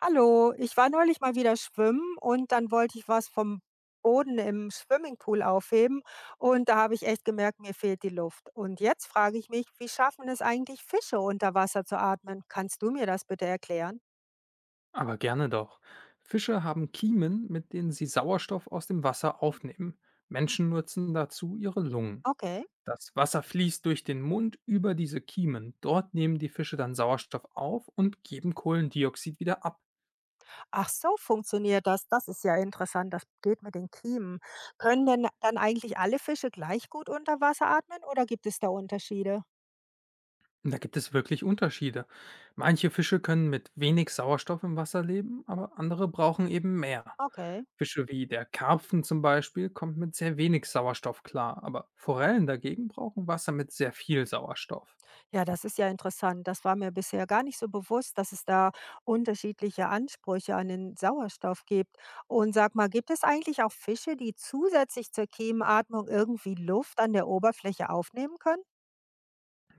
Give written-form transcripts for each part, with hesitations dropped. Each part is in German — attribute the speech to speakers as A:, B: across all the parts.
A: Hallo, ich war neulich mal wieder schwimmen und dann wollte ich was vom Boden im Swimmingpool aufheben und da habe ich echt gemerkt, mir fehlt die Luft. Und jetzt frage ich mich, wie schaffen es eigentlich Fische unter Wasser zu atmen? Kannst du mir das bitte erklären?
B: Aber gerne doch. Fische haben Kiemen, mit denen sie Sauerstoff aus dem Wasser aufnehmen. Menschen nutzen dazu ihre Lungen.
A: Okay.
B: Das Wasser fließt durch den Mund über diese Kiemen. Dort nehmen die Fische dann Sauerstoff auf und geben Kohlendioxid wieder ab.
A: Ach so, funktioniert das. Das ist ja interessant. Das geht mit den Kiemen. Können denn dann eigentlich alle Fische gleich gut unter Wasser atmen oder gibt es da Unterschiede?
B: Und da gibt es wirklich Unterschiede. Manche Fische können mit wenig Sauerstoff im Wasser leben, aber andere brauchen eben mehr.
A: Okay.
B: Fische wie der Karpfen zum Beispiel kommt mit sehr wenig Sauerstoff klar, aber Forellen dagegen brauchen Wasser mit sehr viel Sauerstoff.
A: Ja, das ist ja interessant. Das war mir bisher gar nicht so bewusst, dass es da unterschiedliche Ansprüche an den Sauerstoff gibt. Und sag mal, gibt es eigentlich auch Fische, die zusätzlich zur Kiemenatmung irgendwie Luft an der Oberfläche aufnehmen können?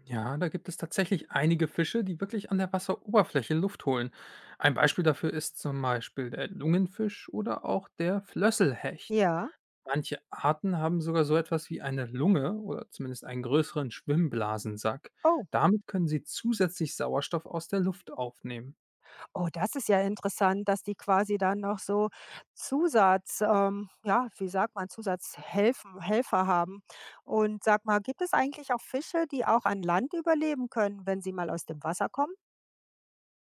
B: Ja, da gibt es tatsächlich einige Fische, die wirklich an der Wasseroberfläche Luft holen. Ein Beispiel dafür ist zum Beispiel der Lungenfisch oder auch der Flösselhecht.
A: Ja.
B: Manche Arten haben sogar so etwas wie eine Lunge oder zumindest einen größeren Schwimmblasensack.
A: Oh,
B: Damit können sie zusätzlich Sauerstoff aus der Luft aufnehmen.
A: oh, das ist ja interessant, dass die quasi dann noch so Zusatz, ja, wie sagt man, Zusatzhelfen, Helfer haben. Und sag mal, gibt es eigentlich auch Fische, die auch an Land überleben können, wenn sie mal aus dem Wasser kommen?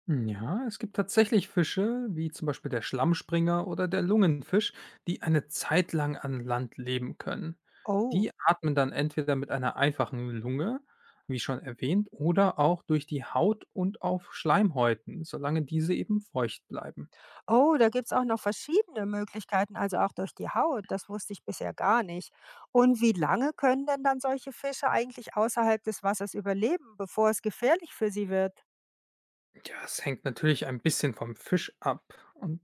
B: Hm, ja, es gibt tatsächlich Fische, wie zum Beispiel der Schlammspringer oder der Lungenfisch, die eine Zeit lang an Land leben können.
A: Oh.
B: Die atmen dann entweder mit einer einfachen Lunge, wie schon erwähnt, oder auch durch die Haut und auf Schleimhäuten, solange diese eben feucht bleiben.
A: Oh, da gibt's auch noch verschiedene Möglichkeiten, also auch durch die Haut. Das wusste ich bisher gar nicht. Und wie lange können denn dann solche Fische eigentlich außerhalb des Wassers überleben, bevor es gefährlich für sie wird?
B: Ja, es hängt natürlich ein bisschen vom Fisch ab. Und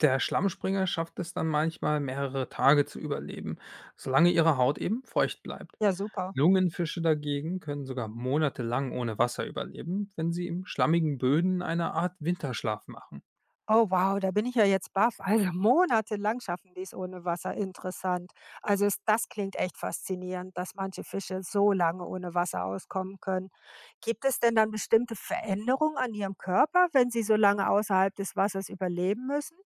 B: der Schlammspringer schafft es dann manchmal, mehrere Tage zu überleben, solange ihre Haut eben feucht bleibt.
A: Ja, super.
B: Lungenfische dagegen können sogar monatelang ohne Wasser überleben, wenn sie im schlammigen Böden eine Art Winterschlaf machen.
A: Oh, wow, da bin ich ja jetzt baff. Also monatelang schaffen die es ohne Wasser. Interessant. Also es, das klingt echt faszinierend, dass manche Fische so lange ohne Wasser auskommen können. Gibt es denn dann bestimmte Veränderungen an ihrem Körper, wenn sie so lange außerhalb des Wassers überleben müssen?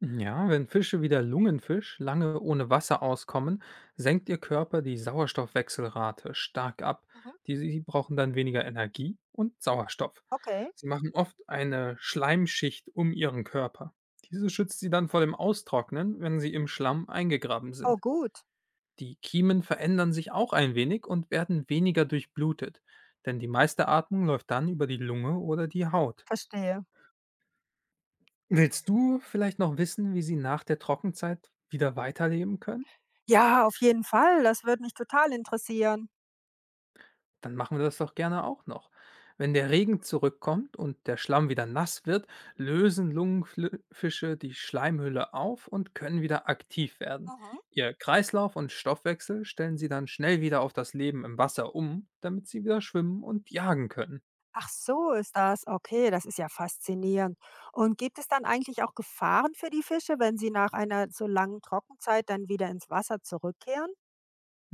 B: Ja, wenn Fische wie der Lungenfisch lange ohne Wasser auskommen, senkt ihr Körper die Sauerstoffwechselrate stark ab.
A: Mhm.
B: Sie brauchen dann weniger Energie und Sauerstoff.
A: Okay.
B: Sie machen oft eine Schleimschicht um ihren Körper. Diese schützt sie dann vor dem Austrocknen, wenn sie im Schlamm eingegraben
A: Oh
B: sind.
A: gut,
B: Die Kiemen verändern sich auch ein wenig und werden weniger durchblutet, denn die meiste Atmung läuft dann über die Lunge oder die Haut.
A: verstehe.
B: Willst du vielleicht noch wissen, wie sie nach der Trockenzeit wieder weiterleben können?
A: Ja, auf jeden Fall, das würde mich total interessieren.
B: Dann machen wir das doch gerne auch noch. Wenn der Regen zurückkommt und der Schlamm wieder nass wird, lösen Lungenfische die Schleimhülle auf und können wieder aktiv werden.
A: Mhm.
B: Ihr Kreislauf und Stoffwechsel stellen sie dann schnell wieder auf das Leben im Wasser um, damit sie wieder schwimmen und jagen können.
A: Ach so, ist das. Okay, das ist ja faszinierend. Und gibt es dann eigentlich auch Gefahren für die Fische, wenn sie nach einer so langen Trockenzeit dann wieder ins Wasser zurückkehren?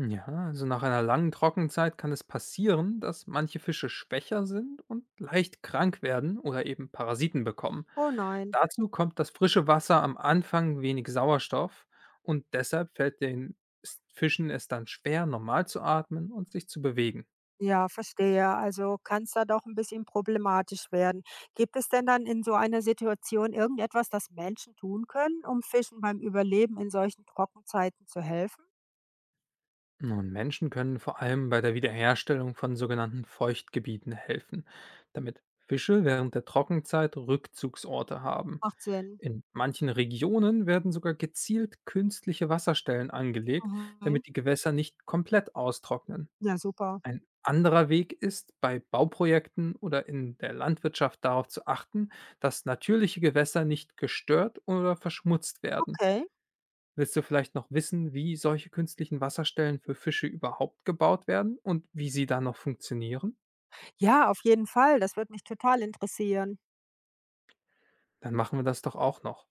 B: Ja, also nach einer langen Trockenzeit kann es passieren, dass manche Fische schwächer sind und leicht krank werden oder eben Parasiten bekommen.
A: Oh nein.
B: Dazu kommt das frische Wasser am Anfang wenig Sauerstoff und deshalb fällt den Fischen es dann schwer, normal zu atmen und sich zu bewegen.
A: Ja, verstehe. Also kann es da doch ein bisschen problematisch werden. Gibt es denn dann in so einer Situation irgendetwas, das Menschen tun können, um Fischen beim Überleben in solchen Trockenzeiten zu helfen?
B: Nun, Menschen können vor allem bei der Wiederherstellung von sogenannten Feuchtgebieten helfen, damit Fische während der Trockenzeit Rückzugsorte haben.
A: Macht Sinn.
B: In manchen Regionen werden sogar gezielt künstliche Wasserstellen angelegt,
A: Mhm.
B: damit die Gewässer nicht komplett austrocknen.
A: Ja, super.
B: Ein anderer Weg ist, bei Bauprojekten oder in der Landwirtschaft darauf zu achten, dass natürliche Gewässer nicht gestört oder verschmutzt werden.
A: Okay.
B: Willst du vielleicht noch wissen, wie solche künstlichen Wasserstellen für Fische überhaupt gebaut werden und wie sie dann noch funktionieren?
A: Ja, auf jeden Fall. Das würde mich total interessieren.
B: Dann machen wir das doch auch noch.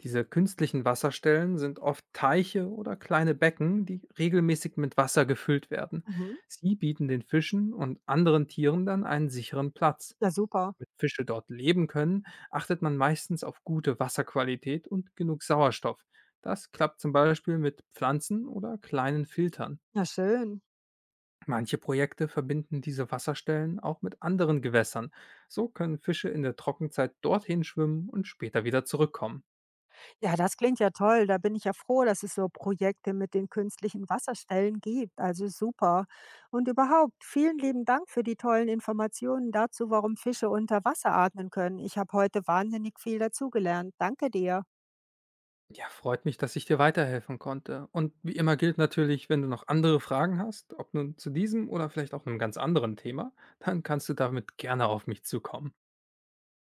B: Diese künstlichen Wasserstellen sind oft Teiche oder kleine Becken, die regelmäßig mit Wasser gefüllt werden.
A: Mhm.
B: Sie bieten den Fischen und anderen Tieren dann einen sicheren Platz.
A: Ja, super.
B: Damit Fische dort leben können, achtet man meistens auf gute Wasserqualität und genug Sauerstoff. Das klappt zum Beispiel mit Pflanzen oder kleinen Filtern.
A: Ja, schön.
B: Manche Projekte verbinden diese Wasserstellen auch mit anderen Gewässern. So können Fische in der Trockenzeit dorthin schwimmen und später wieder zurückkommen.
A: Ja, das klingt ja toll. Da bin ich ja froh, dass es so Projekte mit den künstlichen Wasserstellen gibt. Also super. Und überhaupt, vielen lieben Dank für die tollen Informationen dazu, warum Fische unter Wasser atmen können. Ich habe heute wahnsinnig viel dazugelernt. Danke dir.
B: Ja, freut mich, dass ich dir weiterhelfen konnte. Und wie immer gilt natürlich, wenn du noch andere Fragen hast, ob nun zu diesem oder vielleicht auch einem ganz anderen Thema, dann kannst du damit gerne auf mich zukommen.